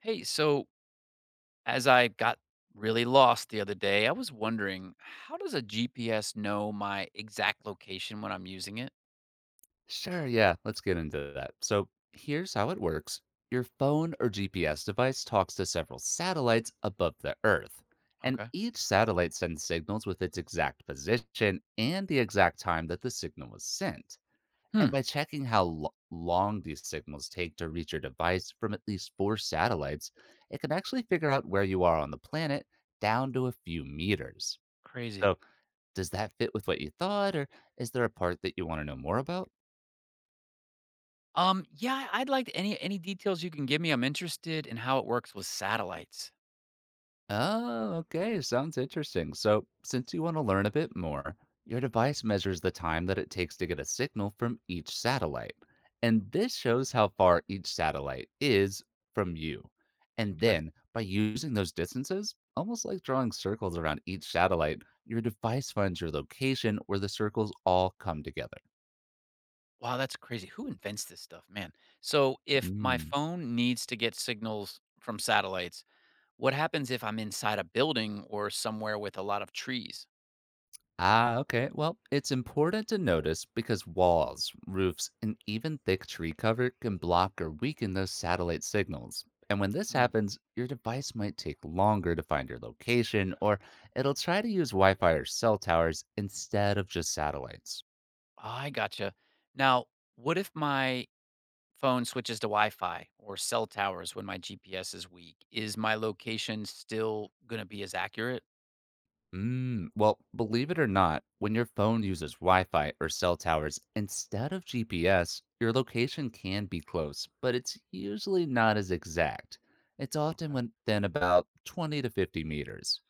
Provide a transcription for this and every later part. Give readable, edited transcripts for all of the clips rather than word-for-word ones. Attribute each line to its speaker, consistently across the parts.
Speaker 1: Hey, so as I got really lost the other day, I was wondering how does a GPS know my exact location when I'm using it?
Speaker 2: Sure, yeah, let's get into that. So, here's how it works: your phone or GPS device talks to several satellites above the Earth, and
Speaker 1: Okay.
Speaker 2: each satellite sends signals with its exact position and the exact time that the signal was sent.
Speaker 1: Hmm.
Speaker 2: And by checking how long these signals take to reach your device from at least four satellites, it can actually figure out where you are on the planet down to a few meters.
Speaker 1: Crazy.
Speaker 2: So, does that fit with what you thought, or is there a part that you want to know more about?
Speaker 1: Yeah, I'd like any details you can give me. I'm interested in how it works with satellites.
Speaker 2: Oh, okay. Sounds interesting. So, since you want to learn a bit more, your device measures the time that it takes to get a signal from each satellite. And this shows how far each satellite is from you. And
Speaker 1: Okay.
Speaker 2: then, by using those distances, almost like drawing circles around each satellite, your device finds your location where the circles all come together.
Speaker 1: Wow, that's crazy. Who invents this stuff, man? So if my
Speaker 2: Mm.
Speaker 1: phone needs to get signals from satellites, what happens if I'm inside a building or somewhere with a lot of trees?
Speaker 2: Ah, okay. Well, it's important to notice because walls, roofs, and even thick tree cover can block or weaken those satellite signals. And when this
Speaker 1: Hmm.
Speaker 2: happens, your device might take longer to find your location, or it'll try to use Wi Fi or cell towers instead of just satellites.
Speaker 1: I gotcha. Now, what if my phone switches to Wi-Fi or cell towers when my GPS is weak, is my location still gonna be as accurate?
Speaker 2: Mm, well, believe it or not, when your phone uses Wi Fi or cell towers instead of GPS, your location can be close, but it's usually not as exact. It's often
Speaker 1: Okay.
Speaker 2: within about 20 to 50 meters.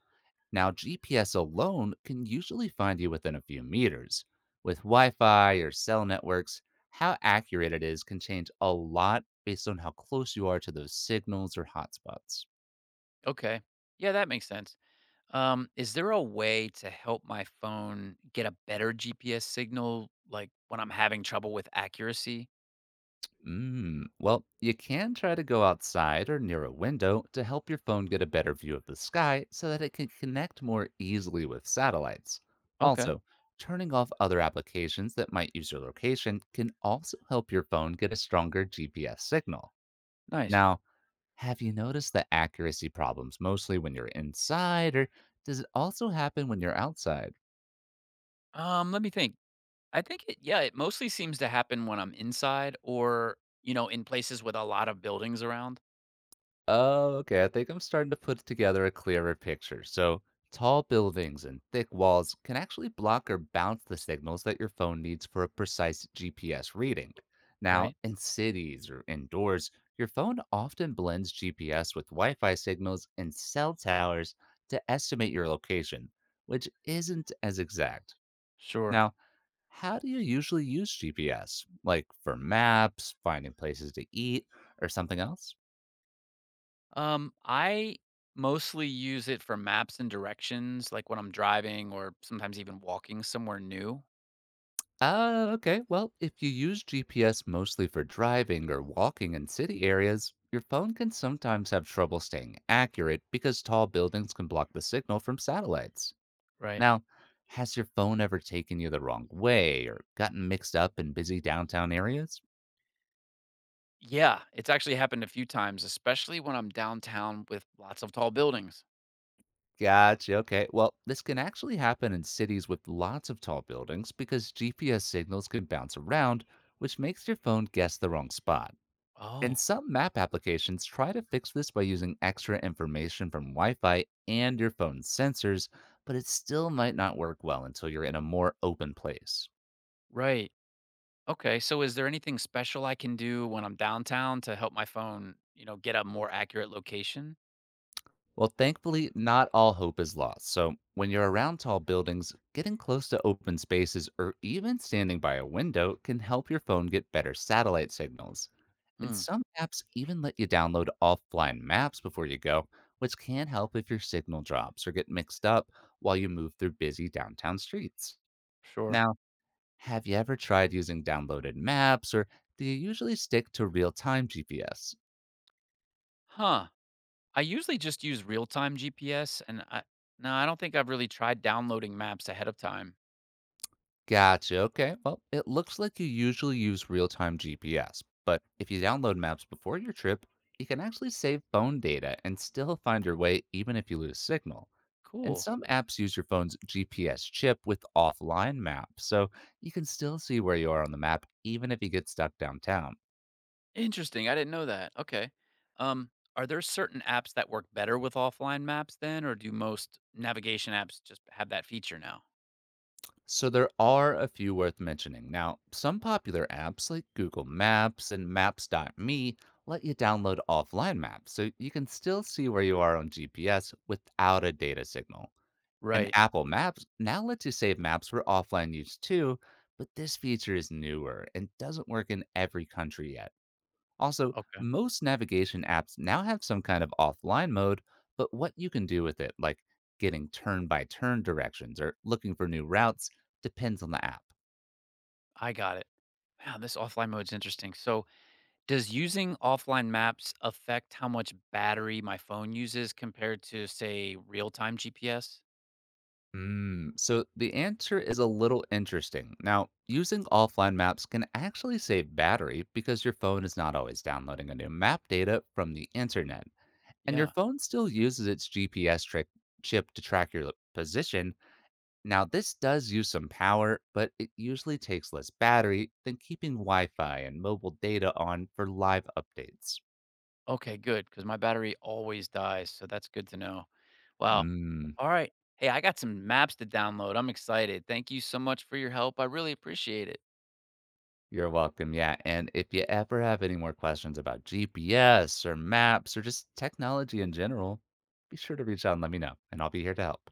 Speaker 2: Now, GPS alone can usually find you within a few meters. With Wi Fi or cell networks, how accurate it is can change a lot based on how close you are to those signals or hotspots.
Speaker 1: Okay. Yeah, that makes sense. Is there a way to help my phone get a better GPS signal, like when I'm having trouble with accuracy?
Speaker 2: Mm, well, you can try to go outside or near a window to help your phone get a better view of the sky so that it can connect more easily with satellites.
Speaker 1: Okay,
Speaker 2: Also, turning off other applications that might use your location can also help your phone get a stronger GPS signal.
Speaker 1: nice.
Speaker 2: Now, have you noticed the accuracy problems mostly when you're inside, or does it also happen when you're outside?
Speaker 1: Let me think. I think it it mostly seems to happen when I'm inside or, you know, in places with a lot of buildings around,
Speaker 2: Oh, okay. I think I'm starting to put together a clearer picture. So, tall buildings and thick walls can actually block or bounce the signals that your phone needs for a precise GPS reading. Now,
Speaker 1: right?
Speaker 2: in cities or indoors, your phone often blends GPS with Wi Fi signals and cell towers to estimate your location, which isn't as exact.
Speaker 1: Sure.
Speaker 2: Now, how do you usually use GPS? Like for maps, finding places to eat, or something else?
Speaker 1: I mostly use it for maps and directions, like when I'm driving or sometimes even walking somewhere new.
Speaker 2: Ah, okay. Well, if you use GPS mostly for driving or walking in city areas, your phone can sometimes have trouble staying accurate because tall buildings can block the signal from satellites.
Speaker 1: Right.
Speaker 2: Now, has your phone ever taken you the wrong way or gotten mixed up in busy downtown areas?
Speaker 1: Yeah, it's actually happened a few times, especially when I'm downtown with lots of tall buildings.
Speaker 2: Gotcha. Okay. Well, this can actually happen in cities with lots of tall buildings because GPS signals can bounce around, which makes your phone guess the wrong spot. And
Speaker 1: Oh,
Speaker 2: some map applications try to fix this by using extra information from Wi Fi and your phone's sensors, but it still might not work well until you're in a more open place.
Speaker 1: right. Okay. So is there anything special I can do when I'm downtown to help my phone, you know, get a more accurate location?
Speaker 2: Well, thankfully, not all hope is lost. So, when you're around tall buildings, getting close to open spaces or even standing by a window can help your phone get better satellite signals. And
Speaker 1: Hmm.
Speaker 2: some apps even let you download offline maps before you go, which can help if your signal drops or get mixed up while you move through busy downtown streets.
Speaker 1: Sure.
Speaker 2: Now, have you ever tried using downloaded maps or do you usually stick to real time GPS?
Speaker 1: Huh. I usually just use real-time GPS and I no, I don't think I've really tried downloading maps ahead of time.
Speaker 2: Gotcha. Okay. Well, it looks like you usually use real time GPS, but if you download maps before your trip, you can actually save phone data and still find your way even if you lose signal. And
Speaker 1: Cool.
Speaker 2: some apps use your phone's GPS chip with offline maps, so you can still see where you are on the map even if you get stuck downtown.
Speaker 1: Interesting, I didn't know that, okay. Are there certain apps that work better with offline maps then, or do most navigation apps just have that feature now?
Speaker 2: So there are a few worth mentioning. Now, some popular apps like Google Maps and Maps.me let you download offline maps, so you can still see where you are on GPS without a data signal. And
Speaker 1: Right,
Speaker 2: Apple Maps now lets you save maps for offline use too, but this feature is newer and doesn't work in every country yet. Also,
Speaker 1: okay,
Speaker 2: most navigation apps now have some kind of offline mode, but what you can do with it, like getting turn by turn directions or looking for new routes, depends on the app.
Speaker 1: I got it. Wow, this offline mode's interesting. So, does using offline maps affect how much battery my phone uses compared to, say, real-time GPS?
Speaker 2: Mm, so the answer is a little interesting. Now, using offline maps can actually save battery because your phone is not always downloading a new map data from the internet, and your
Speaker 1: Yeah.
Speaker 2: phone still uses its GPS trick chip to track your position. Now, this does use some power, but it usually takes less battery than keeping Wi Fi and mobile data on for live updates.
Speaker 1: Okay, good, because my battery always dies, so that's good to know. Wow.
Speaker 2: Mm,
Speaker 1: All right. Hey, I got some maps to download. I'm excited. Thank you so much for your help. I really appreciate it.
Speaker 2: you're welcome. Yeah. And if you ever have any more questions about GPS or maps or just technology in general, be sure to reach out and let me know, and I'll be here to help.